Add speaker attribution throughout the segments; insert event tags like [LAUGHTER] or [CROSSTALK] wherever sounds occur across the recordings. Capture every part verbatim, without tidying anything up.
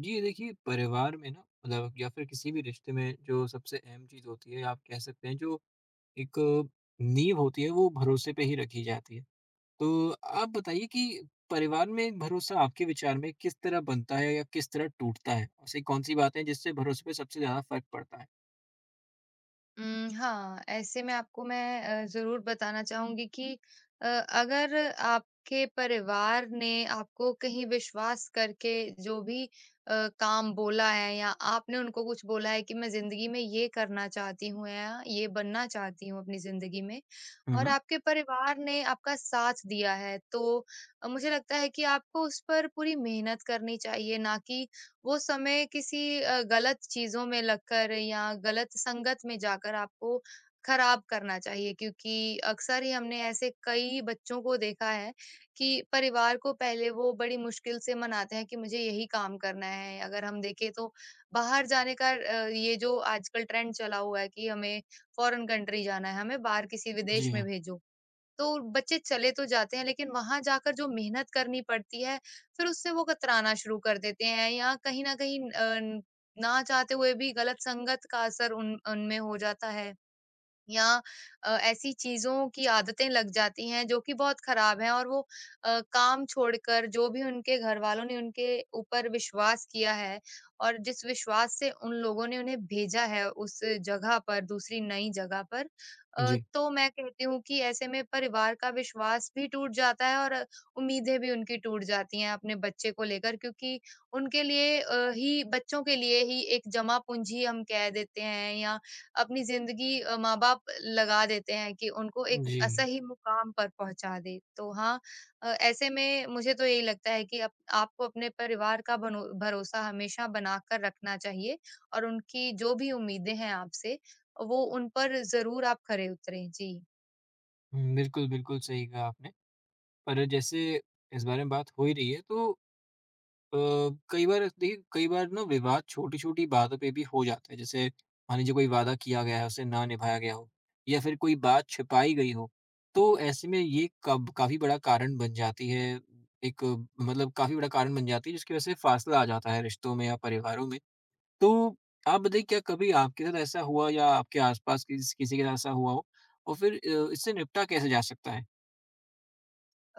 Speaker 1: जी, ये देखिए परिवार में ना मतलब या फिर किसी भी रिश्ते में जो सबसे अहम चीज़ होती है, आप कह सकते हैं जो एक नींव होती है वो भरोसे पे ही रखी जाती है। तो आप बताइए कि परिवार में भरोसा आपके विचार में किस तरह बनता है या किस तरह टूटता है? ऐसी कौन-सी बातें हैं जिससे भरोसे पे सबसे ज़्यादा फ़र्क पड़ता है?
Speaker 2: उम, हाँ, ऐसे में आपको मैं अ, ज़रूर बताना चाहूँगी कि अ, अगर आपके परिवार ने आपको कहीं विश्वास करके जो भी अ, काम बोला है या आपने उनको कुछ बोला है कि मैं ज़िंदगी में ये करना चाहती हूँ या ये बनना चाहती हूँ अपनी ज़िंदगी में,
Speaker 1: हुँ,
Speaker 2: और
Speaker 1: हुँ।
Speaker 2: आपके परिवार ने आपका साथ दिया है, तो अ, मुझे लगता है कि आपको उस पर पूरी मेहनत करनी चाहिए, ना कि वो समय किसी अ, गलत चीज़ों में लगकर या गलत संगत में जाकर आपको खराब करना चाहिए, क्योंकि अक्सर ही हमने ऐसे कई बच्चों को देखा है कि परिवार को पहले वो बड़ी मुश्किल से मनाते हैं कि मुझे यही काम करना है। अगर हम देखें तो बाहर जाने का अ, ये जो आजकल ट्रेंड चला हुआ है कि हमें फ़ॉरेन कंट्री जाना है, हमें बाहर किसी विदेश
Speaker 1: जी
Speaker 2: में
Speaker 1: हाँ।
Speaker 2: भेजो। तो बच्चे चले तो जाते हैं, लेकिन वहाँ जाकर जो मेहनत करनी पड़ती है, फिर उससे वो कतराना शुरू कर देते हैं, या कहीं न कहीं अ, न- ना चाहते हुए भी गलत संगत का असर उन उनमें हो जाता है। या अ, ऐसी चीज़ों की आदतें लग जाती हैं जो कि बहुत ख़राब हैं, और वो अ, काम छोड़कर जो भी उनके घरवालों ने उनके ऊपर विश्वास किया है और जिस विश्वास से उन लोगों ने उन्हें भेजा है उस जगह पर, दूसरी नई जगह पर, अ,
Speaker 1: जी।
Speaker 2: तो मैं कहती हूँ कि ऐसे में परिवार का विश्वास भी टूट जाता है, और अ, उम्मीदें भी उनकी टूट जाती हैं अपने बच्चे को लेकर, क्योंकि उनके लिए अ, ही, बच्चों के लिए ही, एक जमा पूंजी हम कह देते हैं, या अपनी ज़िंदगी अ, माँ-बाप लगा देते हैं कि उनको एक
Speaker 1: जी।
Speaker 2: सही मुकाम पर पहुँचा दें। तो हाँ, अ, ऐसे में मुझे तो यही लगता है कि अप आपको अपने परिवार का बनो भरोसा हमेशा बनाकर रखना चाहिए, और उनकी जो भी उम्मीदें हैं आपसे, वो उन पर ज़रूर आप खरे उतरें। जी।
Speaker 1: हुँ, बिल्कुल, बिल्कुल सही कहा आपने। पर जैसे इस बारे में बात हो ही रही है तो अ, कई बार देखिए कई बार ना विवाद छोटी-छोटी बातों पे भी हो जाता है। जैसे मान लीजिए कोई वादा किया गया है, उसे ना निभाया गया हो या फिर कोई बात छिपाई गई हो। तो ऐसे में ये कब काफ़ी बड़ा कारण बन जाती है। एक अ, मतलब काफ़ी बड़ा कारण बन जाती है जिसकी वज़ह से फासला आ जाता है रिश्तों में या परिवारों में। तो आप बताइए क्या कभी आपके साथ ऐसा हुआ या आपके आस-पास किस किसी के साथ ऐसा हुआ हो? और फिर अ, इससे निपटा कैसे जा सकता है?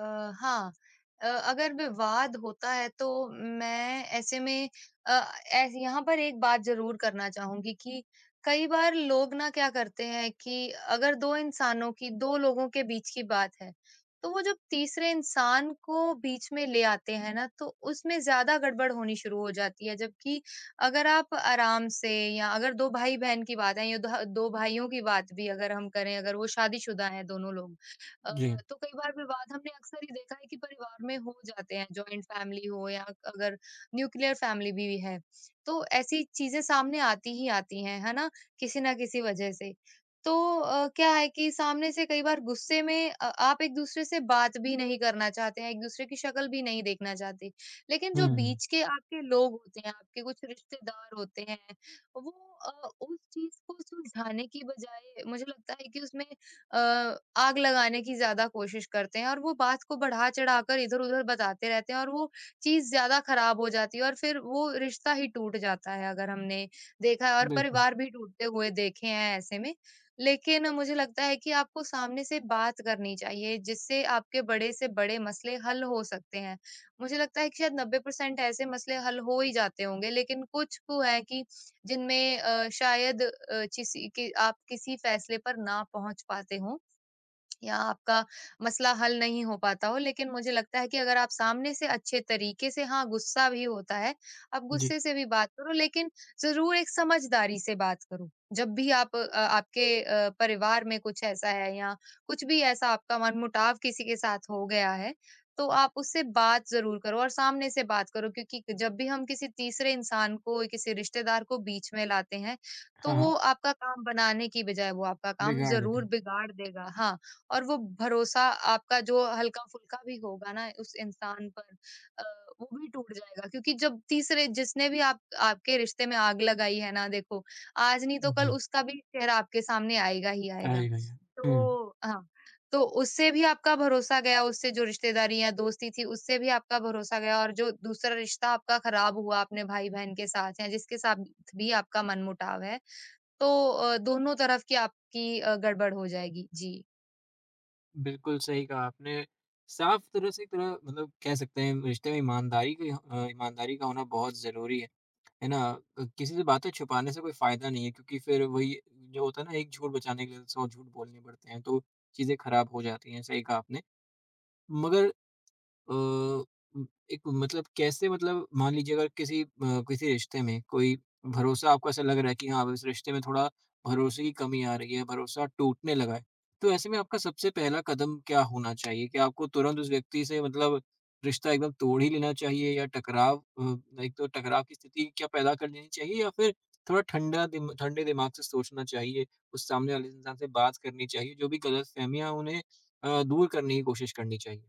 Speaker 2: अ, हाँ। अ, अगर विवाद होता है तो मैं ऐसे में अ, ऐस यहाँ पर एक बात ज़रूर करना चाहूँगी कि कई बार लोग ना क्या करते हैं कि अगर दो इंसानों की, दो लोगों के बीच की बात है, तो वो जब तीसरे इंसान को बीच में ले आते हैं ना, तो उसमें ज़्यादा गड़बड़ होनी शुरू हो जाती है। जबकि अगर आप आराम से, या अगर दो भाई-बहन की बात है, या द दो भाइयों की बात भी अगर हम करें, अगर वो शादीशुदा हैं दोनों लोग, अ,
Speaker 1: जी।
Speaker 2: तो कई बार विवाद हमने अक्सर ही देखा है कि परिवार में हो जाते हैं, जॉइंट फैमिली हो या अगर न्यूक्लियर फैमिली भी है, तो ऐसी चीज़ें सामने आती ही आती हैं, है ना? किसी ना किसी वजह से। तो अ, क्या है कि सामने से कई बार गुस्से में अ, आप एक-दूसरे से बात भी नहीं करना चाहते हैं, एक-दूसरे की शक्ल भी नहीं देखना चाहते। लेकिन जो
Speaker 1: हुँ,
Speaker 2: बीच के आपके लोग होते हैं, आपके कुछ रिश्तेदार होते हैं, वो अ, उस चीज़ को सुलझाने की बजाय, मुझे लगता है कि उसमें अ, आग लगाने की ज़्यादा कोशिश करते हैं, और वो बात को बढ़ा-चढ़ा कर इधर-उधर बताते रहते हैं, और वो चीज़ ज़्यादा ख़राब हो जाती है, और फिर वो रिश्ता ही टूट जाता है, अगर हमने देखा है, और
Speaker 1: बिल्कुल।
Speaker 2: परिवार भी टूटते हुए देखे हैं ऐसे में। लेकिन मुझे लगता है कि आपको सामने से बात करनी चाहिए, जिससे आपके बड़े से बड़े मसले हल हो सकते हैं। मुझे लगता है कि शायद नब्बे परसेंट ऐसे मसले हल हो ही जाते होंगे, लेकिन कुछ को है कि जिनमें अ, शायद अ, किसी कि आप किसी फैसले पर ना पहुँच पाते हों, या आपका मसला हल नहीं हो पाता हो। लेकिन मुझे लगता है कि अगर आप सामने से अच्छे तरीके से, हाँ, गुस्सा भी होता है, आप
Speaker 1: जी।
Speaker 2: गुस्से से भी बात करो, लेकिन ज़रूर एक समझदारी से बात करो। जब भी आप अ, आपके अ, परिवार में कुछ ऐसा है, या कुछ भी ऐसा आपका मनमुटाव किसी के साथ हो गया है, तो आप उससे बात ज़रूर करो, और सामने से बात करो, क्योंकि जब भी हम किसी तीसरे इंसान को, किसी रिश्तेदार को बीच में लाते हैं, तो
Speaker 1: हाँ,
Speaker 2: वो
Speaker 1: हाँ।
Speaker 2: आपका काम बनाने की बजाय वो आपका काम
Speaker 1: बिगाड़ देता
Speaker 2: ज़रूर
Speaker 1: है।
Speaker 2: बिगाड़ देगा। हाँ, और वो भरोसा आपका जो हल्का-फुल्का भी होगा ना उस इंसान पर, अ, वो भी टूट जाएगा, क्योंकि जब तीसरे जिसने भी आप आपके रिश्ते में आग लगाई है ना, देखो, आज नहीं तो कल
Speaker 1: जी।
Speaker 2: उसका भी चेहरा आपके सामने आएगा ही आएगा।
Speaker 1: आए गए हैं। हुँ,
Speaker 2: तो हाँ, तो उससे भी आपका भरोसा गया, उससे जो रिश्तेदारी या दोस्ती थी उससे भी आपका भरोसा गया, और जो दूसरा रिश्ता आपका खराब हुआ अपने भाई-बहन के साथ, या जिसके साथ भी आपका मनमुटाव है, तो अ, दोनों तरफ की आपकी अ, गड़बड़ हो जाएगी। जी।
Speaker 1: बिल्कुल सही कहा आपने। साफ तरह से एक तरह मतलब कह सकते हैं रिश्ते में ईमानदारी की अ, ईमानदारी का होना बहुत ज़रूरी है, है ना? अ, किसी से बातें छुपाने से कोई फ़ायदा नहीं है क्योंकि फिर वही जो होता है ना एक झूठ बचाने के लिए सौ झूठ बोलने पड़ते हैं, तो चीज़ें खराब हो जाती हैं, सही कहा आपने। मगर अ, उम, एक मतलब कैसे मतलब मान लीजिए अगर किसी अ, किसी रिश्ते में कोई भरोसा आपको ऐसा लग रहा है कि हाँ, अब इस रिश्ते में थोड़ा भरोसे की कमी आ रही है, भरोसा टूटने लगा है। तो ऐसे में आपका सबसे पहला कदम क्या होना चाहिए? कि आपको तुरंत उस व्यक्ति से मतलब रिश्ता एकदम तोड़ ही लेना चाहिए या टकराव अ, एक तो टकराव की स्थिति क्या पैदा कर लेनी चाहिए या फिर थोड़ा ठंडा दिम ठंडे दिमाग से सोचना चाहिए, उस सामने वाले इंसान से बात करनी चाहिए, जो भी गलतफ़हमियाँ हैं उन्हें अ, दूर करने की कोशिश करनी चाहिए?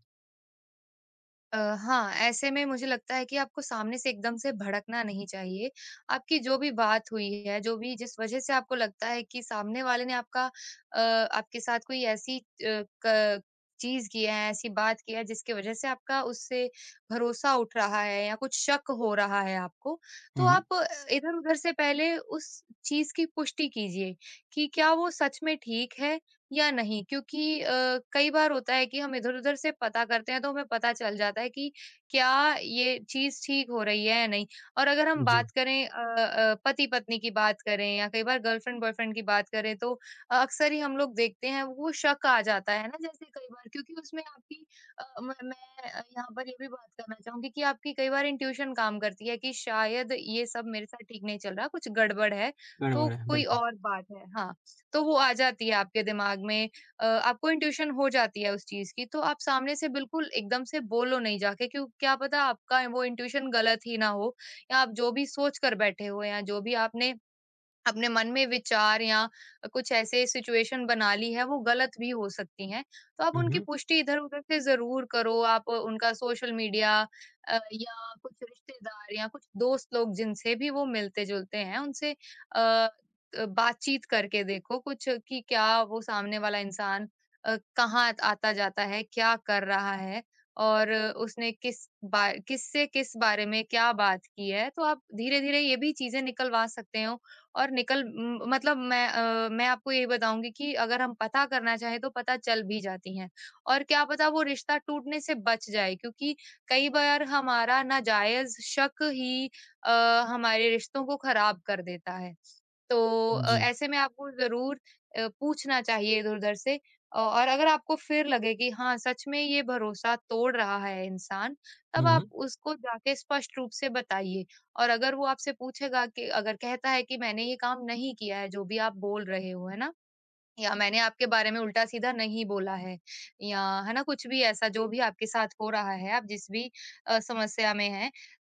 Speaker 2: अ, हाँ, ऐसे में मुझे लगता है कि आपको सामने से एकदम से भड़कना नहीं चाहिए। आपकी जो भी बात हुई है, जो भी, जिस वजह से आपको लगता है कि सामने वाले ने आपका, अ, आपके साथ कोई ऐसी अ, क चीज़ की है, ऐसी बात की है, जिसकी वजह से आपका उससे भरोसा उठ रहा है या कुछ शक हो रहा है आपको, तो
Speaker 1: हुँ, हुँ।
Speaker 2: आप इधर-उधर से पहले उस चीज़ की पुष्टि कीजिए कि क्या वो सच में ठीक है या नहीं, क्योंकि अ, कई बार होता है कि हम इधर-उधर से पता करते हैं तो हमें पता चल जाता है कि क्या ये चीज़ ठीक हो रही है या नहीं। और अगर हम
Speaker 1: जी।
Speaker 2: बात करें अ अ, पति-पत्नी की बात करें, या कई बार गर्लफ्रेंड-बॉयफ्रेंड की बात करें, तो अ, अक्सर ही हम लोग देखते हैं वो शक आ जाता है ना, जैसे कई बार, क्योंकि उसमें आपकी अ, म मैं अ, यहाँ पर ये भी बात करना चाहूँगी कि आपकी कई बार इंट्यूशन काम करती है कि शायद ये सब मेरे साथ ठीक नहीं चल रहा, कुछ गड़बड़ है, तो
Speaker 1: गड़बड़ है,
Speaker 2: कोई
Speaker 1: बिल्कुल।
Speaker 2: और बात है। हाँ। तो वो आ जाती है आपके दिमाग में, अ, आपको इंट्यूशन हो जाती है उस चीज़ की, तो आप सामने से बिल्कुल एकदम से बोलो नहीं जाके क्यों, क्या पता आपका वो इंट्यूशन गलत ही ना हो, या आप जो भी सोच कर बैठे हो, या जो भी आपने अपने मन में विचार या कुछ ऐसे सिचुएशन बना ली है वो गलत भी हो सकती हैं। तो आप
Speaker 1: हुँ,
Speaker 2: उनकी
Speaker 1: हुँ।
Speaker 2: पुष्टि इधर-उधर से ज़रूर करो। आप उनका सोशल मीडिया, अ, या कुछ रिश्तेदार या कुछ दोस्त लोग जिनसे भी वो मिलते-जुलते हैं उनसे अ अ, बातचीत करके देखो कुछ, कि क्या वो सामने वाला इंसान अ, कहाँ आता-जाता है, क्या कर रहा है, और उसने किस बा किससे किस बारे में क्या बात की है। तो आप धीरे-धीरे ये भी चीज़ें निकलवा सकते हो, और निकल म मतलब, मैं अ, मैं आपको ये बताऊँगी कि अगर हम पता करना चाहें तो पता चल भी जाती हैं। और क्या पता वो रिश्ता टूटने से बच जाए, क्योंकि कई बार हमारा नाजायज़ शक ही अ, हमारे रिश्तों को खराब कर देता है। तो अ,
Speaker 1: जी।
Speaker 2: ऐसे में आपको ज़रूर अ, पूछना चाहिए इधर-उधर से, औ और अगर आपको फिर लगे कि हाँ, सच में ये भरोसा तोड़ रहा है इंसान,
Speaker 1: हुँ,
Speaker 2: तब आप
Speaker 1: हुँ।
Speaker 2: उसको जाके स्पष्ट रूप से बताइए। और अगर वो आपसे पूछेगा, कि अगर कहता है कि मैंने ये काम नहीं किया है, जो भी आप बोल रहे हो, है ना? या मैंने आपके बारे में उल्टा-सीधा नहीं बोला है, या, है ना, कुछ भी ऐसा जो भी आपके साथ हो रहा है, आप जिस भी अ, समस्या में हैं,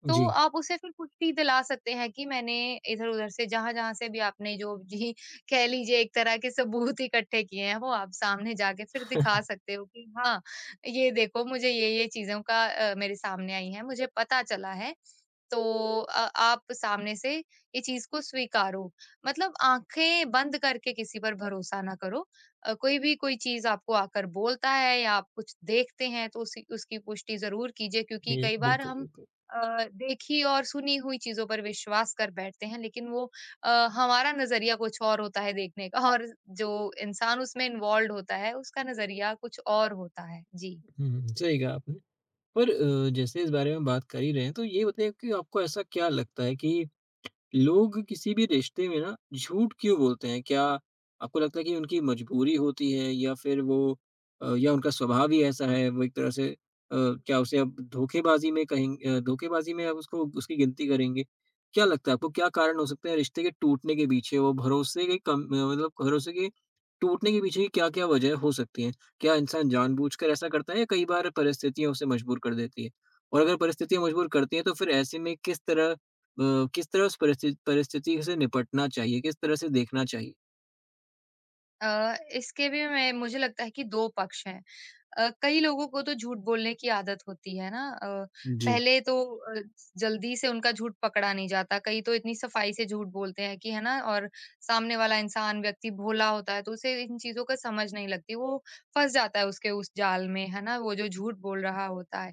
Speaker 2: तो
Speaker 1: जी,
Speaker 2: आप उसे फिर पुष्टि दिला सकते हैं कि मैंने इधर-उधर से, जहाँ-जहाँ से भी आपने जो, जी, [LAUGHS] कह लीजिए एक तरह के सबूत इकट्ठे किए हैं, वो आप सामने जाके फिर दिखा सकते हो कि हाँ, ये देखो मुझे ये-ये चीज़ों का, अ, मेरे सामने आई है, मुझे पता चला है, तो अ, आप सामने से ये चीज़ को स्वीकारो। मतलब आँखें बंद करके किसी पर भरोसा ना करो। अ, कोई भी कोई चीज़ आपको आकर बोलता है या आप कुछ देखते हैं तो उसी उसकी पुष्टि ज़रूर कीजिए, क्योंकि
Speaker 1: ये
Speaker 2: कई बार
Speaker 1: बिल्कुल,
Speaker 2: हम
Speaker 1: बिल्कुल।
Speaker 2: अ, देखी और सुनी हुई चीज़ों पर विश्वास कर बैठते हैं, लेकिन वो, अ, हमारा नज़रिया कुछ और होता है देखने का, और जो इंसान उसमें इन्वॉल्व्ड होता है उसका नज़रिया कुछ और होता है। जी।
Speaker 1: हुँ, हुँ, सही कहा आपने। पर अ, जैसे इस बारे में बात कर ही रहे हैं, तो ये बताइए कि आपको ऐसा क्या लगता है कि लोग किसी भी रिश्ते में ना झूठ क्यों बोलते हैं? क्या आपको लगता है कि उनकी मजबूरी होती है या फिर वो अ, या उनका स्वभाव ही ऐसा है, वो एक तरह से अ, क्या उसे अब धोखेबाज़ी में कहें अ, धोखेबाज़ी में आप उसको उसकी गिनती करेंगे। क्या लगता है आपको क्या कारण हो सकते हैं रिश्ते के टूटने के पीछे? वो भरोसे के कम अ, मतलब भरोसे के टूटने के पीछे क्या-क्या वजह हो सकती हैं? क्या इंसान जानबूझकर ऐसा करता है या कई बार परिस्थितियाँ उसे मजबूर कर देती है? और अगर परिस्थितियाँ मजबूर करती हैं तो फिर ऐसे में किस तरह अ, किस तरह उस परिस्थिति परिस्थिति से निपटना चाहिए? किस तरह से देखना चाहिए?
Speaker 2: अ, इसके भी मैं मुझे लगता है कि दो पक्ष हैं। अ, कई लोगों को तो झूठ बोलने की आदत होती है ना, अ,
Speaker 1: जी।
Speaker 2: पहले तो अ, जल्दी से उनका झूठ पकड़ा नहीं जाता, कई तो इतनी सफाई से झूठ बोलते हैं कि, है ना, और सामने वाला इंसान व्यक्ति भोला होता है, तो उसे इन चीज़ों का समझ नहीं लगती, वो फँस जाता है उसके उस जाल में, है ना? वो जो झूठ बोल रहा होता है।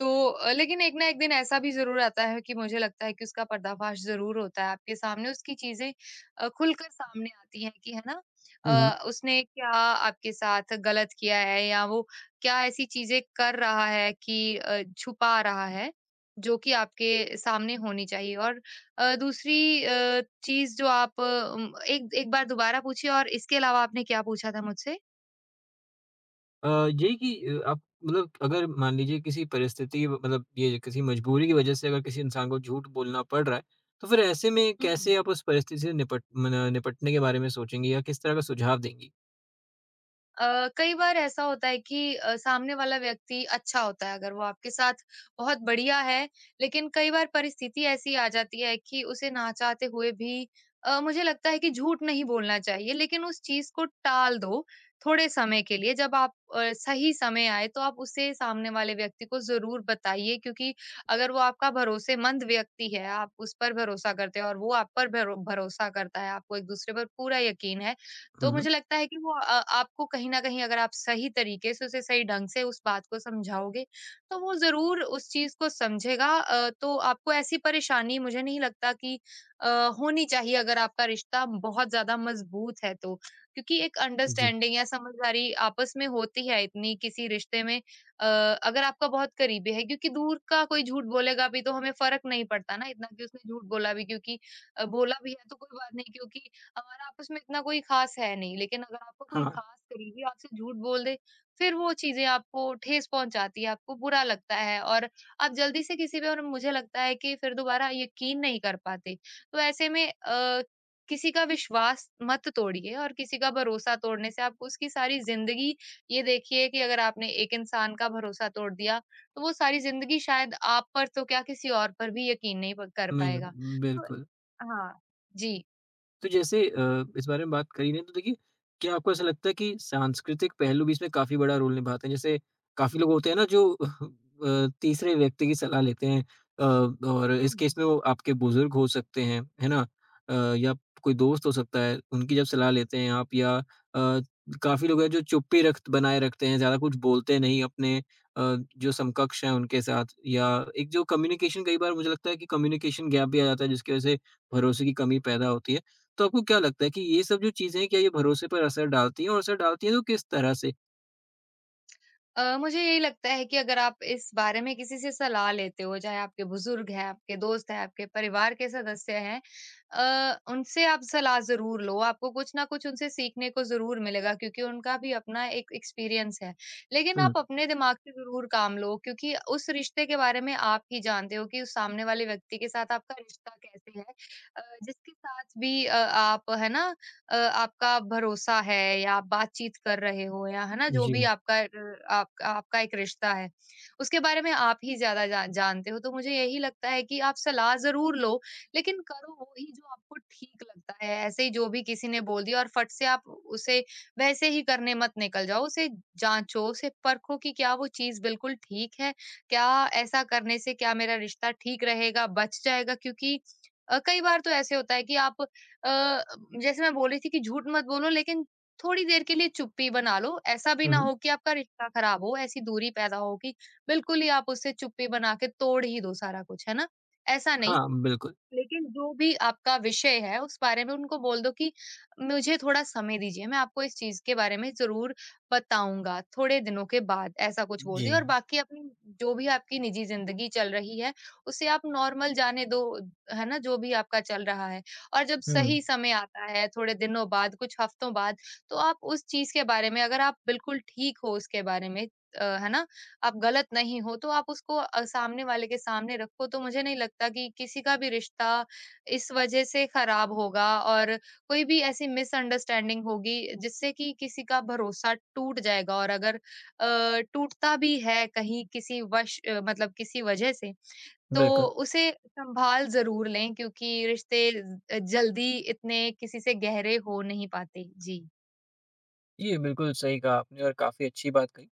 Speaker 2: तो अ, लेकिन एक ना एक दिन ऐसा भी ज़रूर आता है कि मुझे लगता है कि उसका पर्दाफ़ाश ज़रूर होता है आपके सामने, उसकी चीज़ें अ, खुलकर सामने आती हैं कि है ना।
Speaker 1: हुँ, हुँ।
Speaker 2: अ, उसने क्या आपके साथ गलत किया है या वो क्या ऐसी चीज़ें कर रहा है कि अ, छुपा रहा है, जो कि आपके सामने होनी चाहिए। और अ, दूसरी अ, चीज़ जो आप उम, एक एक बार दोबारा पूछिए और इसके अलावा आपने क्या पूछा था मुझसे?
Speaker 1: अ, यही कि अ, आप मतलब अगर मान लीजिए किसी परिस्थिति मतलब ये किसी मजबूरी की वजह से अगर किसी इंसान को झूठ बोलना पड़ रहा है, तो फिर ऐसे में
Speaker 2: हम्म।
Speaker 1: कैसे आप उस परिस्थिति से निपट मने निपटने के बारे में सोचेंगी या किस तरह का सुझाव देंगी?
Speaker 2: अ, कई बार ऐसा होता है कि अ, सामने वाला व्यक्ति अच्छा होता है अगर वो आपके साथ बहुत बढ़िया है, लेकिन कई बार परिस्थिति ऐसी आ जाती है कि उसे ना चाहते हुए भी अ, मुझे लगता है कि झूठ नहीं बोलना चाहिए, लेकिन उस चीज़ को टाल दो थोड़े समय के लिए। जब आप अ, सही समय आए तो आप उसे सामने वाले व्यक्ति को ज़रूर बताइए क्योंकि अगर वो आपका भरोसेमंद व्यक्ति है, आप उस पर भरोसा करते हैं और वो आप पर भरो भरोसा करता है, आपको एक-दूसरे पर पूरा यकीन है,
Speaker 1: हुँ,
Speaker 2: तो
Speaker 1: हुँ।
Speaker 2: मुझे लगता है कि वो अ, आपको कहीं न कहीं अगर आप सही तरीके से उसे सही ढंग से उस बात को समझाओगे, तो वो ज़रूर उस चीज़ को समझेगा। अ, तो आपको ऐसी परेशानी मुझे नहीं लगता कि अ, होनी चाहिए अगर आपका रिश्ता बहुत ज़्यादा मज़बूत है तो। क्योंकि एक
Speaker 1: जी।
Speaker 2: अंडरस्टैंडिंग या समझदारी आपस में होती है इतनी किसी रिश्ते में। अ, अगर आपका बहुत करीबी है क्योंकि दूर का कोई झूठ बोलेगा भी तो हमें फ़र्क नहीं पड़ता ना इतना कि उसने झूठ बोला भी, क्योंकि अ, बोला भी है तो कोई बात नहीं क्योंकि हमारा आपस में इतना कोई ख़ास है नहीं, लेकिन अगर आपका कोई
Speaker 1: हाँ,
Speaker 2: ख़ास करीबी आपसे झूठ बोल दे, फिर वो चीज़ें आपको ठेस पहुँचाती है, आपको बुरा लगता है और आप जल्दी से किसी पे और मुझे लगता है कि फिर दोबारा यकीन नहीं कर पाते। तो ऐसे में अ, किसी का विश्वास मत तोड़िए और किसी का भरोसा तोड़ने से आप उसकी सारी ज़िंदगी ये देखिए कि अगर आपने एक इंसान का भरोसा तोड़ दिया, तो वो सारी ज़िंदगी शायद आप पर तो क्या किसी और पर भी यकीन नहीं प कर पाएगा।
Speaker 1: नहीं,
Speaker 2: तो
Speaker 1: बिल्कुल।
Speaker 2: हाँ, जी।
Speaker 1: तो जैसे अ, इस बारे में बात करी ने तो देखिए क्या आपको ऐसा लगता है कि सांस्कृतिक पहलू भी इसमें काफ़ी बड़ा रोल निभाते हैं? जैसे काफ़ी लोग होते हैं ना जो [LAUGHS] अ, तीसरे व्यक्ति की सलाह लेते हैं अ, और इस
Speaker 2: हुँ।
Speaker 1: केस में वो आपके बुजुर्ग हो सकते हैं, है ना? अ, या कोई दोस्त हो सकता है, उनकी जब सलाह लेते हैं आप या अ, काफ़ी लोग हैं जो चुप्पी रख बनाए रखते हैं, ज़्यादा कुछ बोलते नहीं अपने अ, जो समकक्ष हैं उनके साथ या एक जो कम्युनिकेशन कई बार मुझे लगता है कि कम्युनिकेशन गैप भी आ जाता है जिसकी वजह से भरोसे की कमी पैदा होती है। तो आपको क्या लगता है कि ये सब जो चीज़ें हैं, क्या ये भरोसे पर असर डालती हैं और असर डालती हैं तो किस तरह से?
Speaker 2: अ, मुझे यही लगता है कि अगर आप इस बारे में किसी से सलाह लेते हो, चाहे आपके बुजुर्ग हैं, आपके दोस्त हैं, आपके परिवार के सदस्य हैं, अ, उनसे आप सलाह ज़रूर लो, आपको कुछ न कुछ उनसे सीखने को ज़रूर मिलेगा क्योंकि उनका भी अपना एक एक्सपीरियंस है। लेकिन
Speaker 1: हुँ,
Speaker 2: आप अपने दिमाग से ज़रूर काम लो क्योंकि उस रिश्ते के बारे में आप ही जानते हो कि उस सामने वाले व्यक्ति के साथ आपका रिश्ता कैसे है। अ, जिसके साथ भी अ, आप है ना, अ, आपका भरोसा है या आप बातचीत कर रहे हो या है ना जो
Speaker 1: जी।
Speaker 2: भी आपका र- आप, आपका एक रिश्ता है उसके बारे में आप ही ज्यादा जा, जानते हो, तो मुझे यही लगता है कि आप सलाह जरूर लो, लेकिन करो वो ही जो आपको ठीक लगता है। ऐसे ही जो भी किसी ने बोल दिया और फट से आप उसे वैसे ही करने मत निकल जाओ, उसे जांचो, उसे परखो कि क्या वो चीज बिल्कुल ठीक है, क्या ऐसा करने से क्या मेरा रिश्ता ठीक रहेगा, बच जाएगा क्योंकि अ, कई बार तो ऐसे होता है कि आप अ, जैसे मैं बोल रही थी कि झूठ मत बोलो, लेकिन थोड़ी देर के लिए चुप्पी बना लो। ऐसा भी
Speaker 1: हुँ,
Speaker 2: ना
Speaker 1: हुँ।
Speaker 2: हो कि आपका रिश्ता ख़राब हो, ऐसी दूरी पैदा हो कि बिल्कुल ही आप उससे चुप्पी बना के तोड़ ही दो सारा कुछ, है ना? ऐसा नहीं,
Speaker 1: हाँ, बिल्कुल।
Speaker 2: लेकिन जो भी आपका विषय है उस बारे में उनको बोल दो कि मुझे थोड़ा समय दीजिए, मैं आपको इस चीज़ के बारे में ज़रूर बताऊँगा थोड़े दिनों के बाद, ऐसा कुछ बोल
Speaker 1: जी।
Speaker 2: दिया और बाकी अपनी जो भी आपकी निजी ज़िंदगी चल रही है, उसे आप नॉर्मल जाने दो, है ना? जो भी आपका चल रहा है, और जब
Speaker 1: हुँ,
Speaker 2: सही समय आता है, थोड़े दिनों बाद, कुछ हफ्तों बाद, तो आप उस चीज़ के बारे में, अगर आप बिल्कुल ठीक हो उसके बारे में, अ, है ना? आप गलत नहीं हो, तो आप उसको अ, सामने वाले के सामने रखो, तो मुझे नहीं लगता कि किसी का भी रिश्ता इस वजह से खराब होगा और कोई भी ऐसी मिसअंडरस्टैंडिंग होगी जिससे कि किसी का भरोसा टूट जाएगा। और अगर अ, टूटता भी है कहीं किसी वश अ, मतलब किसी वजह से, तो
Speaker 1: बिल्कुल।
Speaker 2: उसे संभाल जरूर लें क्योंकि रिश्ते ज- जल्दी इतने किसी से गहरे हो नहीं पाते जी।
Speaker 1: जी, बिल्कुल सही कहा आपने और काफ़ी अच्छी बात कही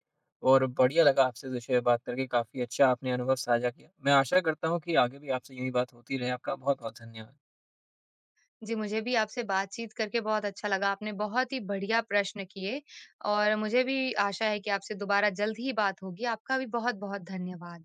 Speaker 1: और बढ़िया लगा आपसे इस विषय पे बात करके, काफ़ी अच्छा आपने अनुभव साझा किया। मैं आशा करता हूँ कि आगे भी आपसे यूँ ही बात होती रहे। आपका बहुत-बहुत धन्यवाद।
Speaker 2: जी, मुझे भी आपसे बातचीत करके बहुत अच्छा लगा। आपने बहुत ही बढ़िया प्रश्न किए और मुझे भी आशा है कि आपसे दोबारा जल्द ही बात होगी। आपका भी बहुत-बहुत धन्यवाद।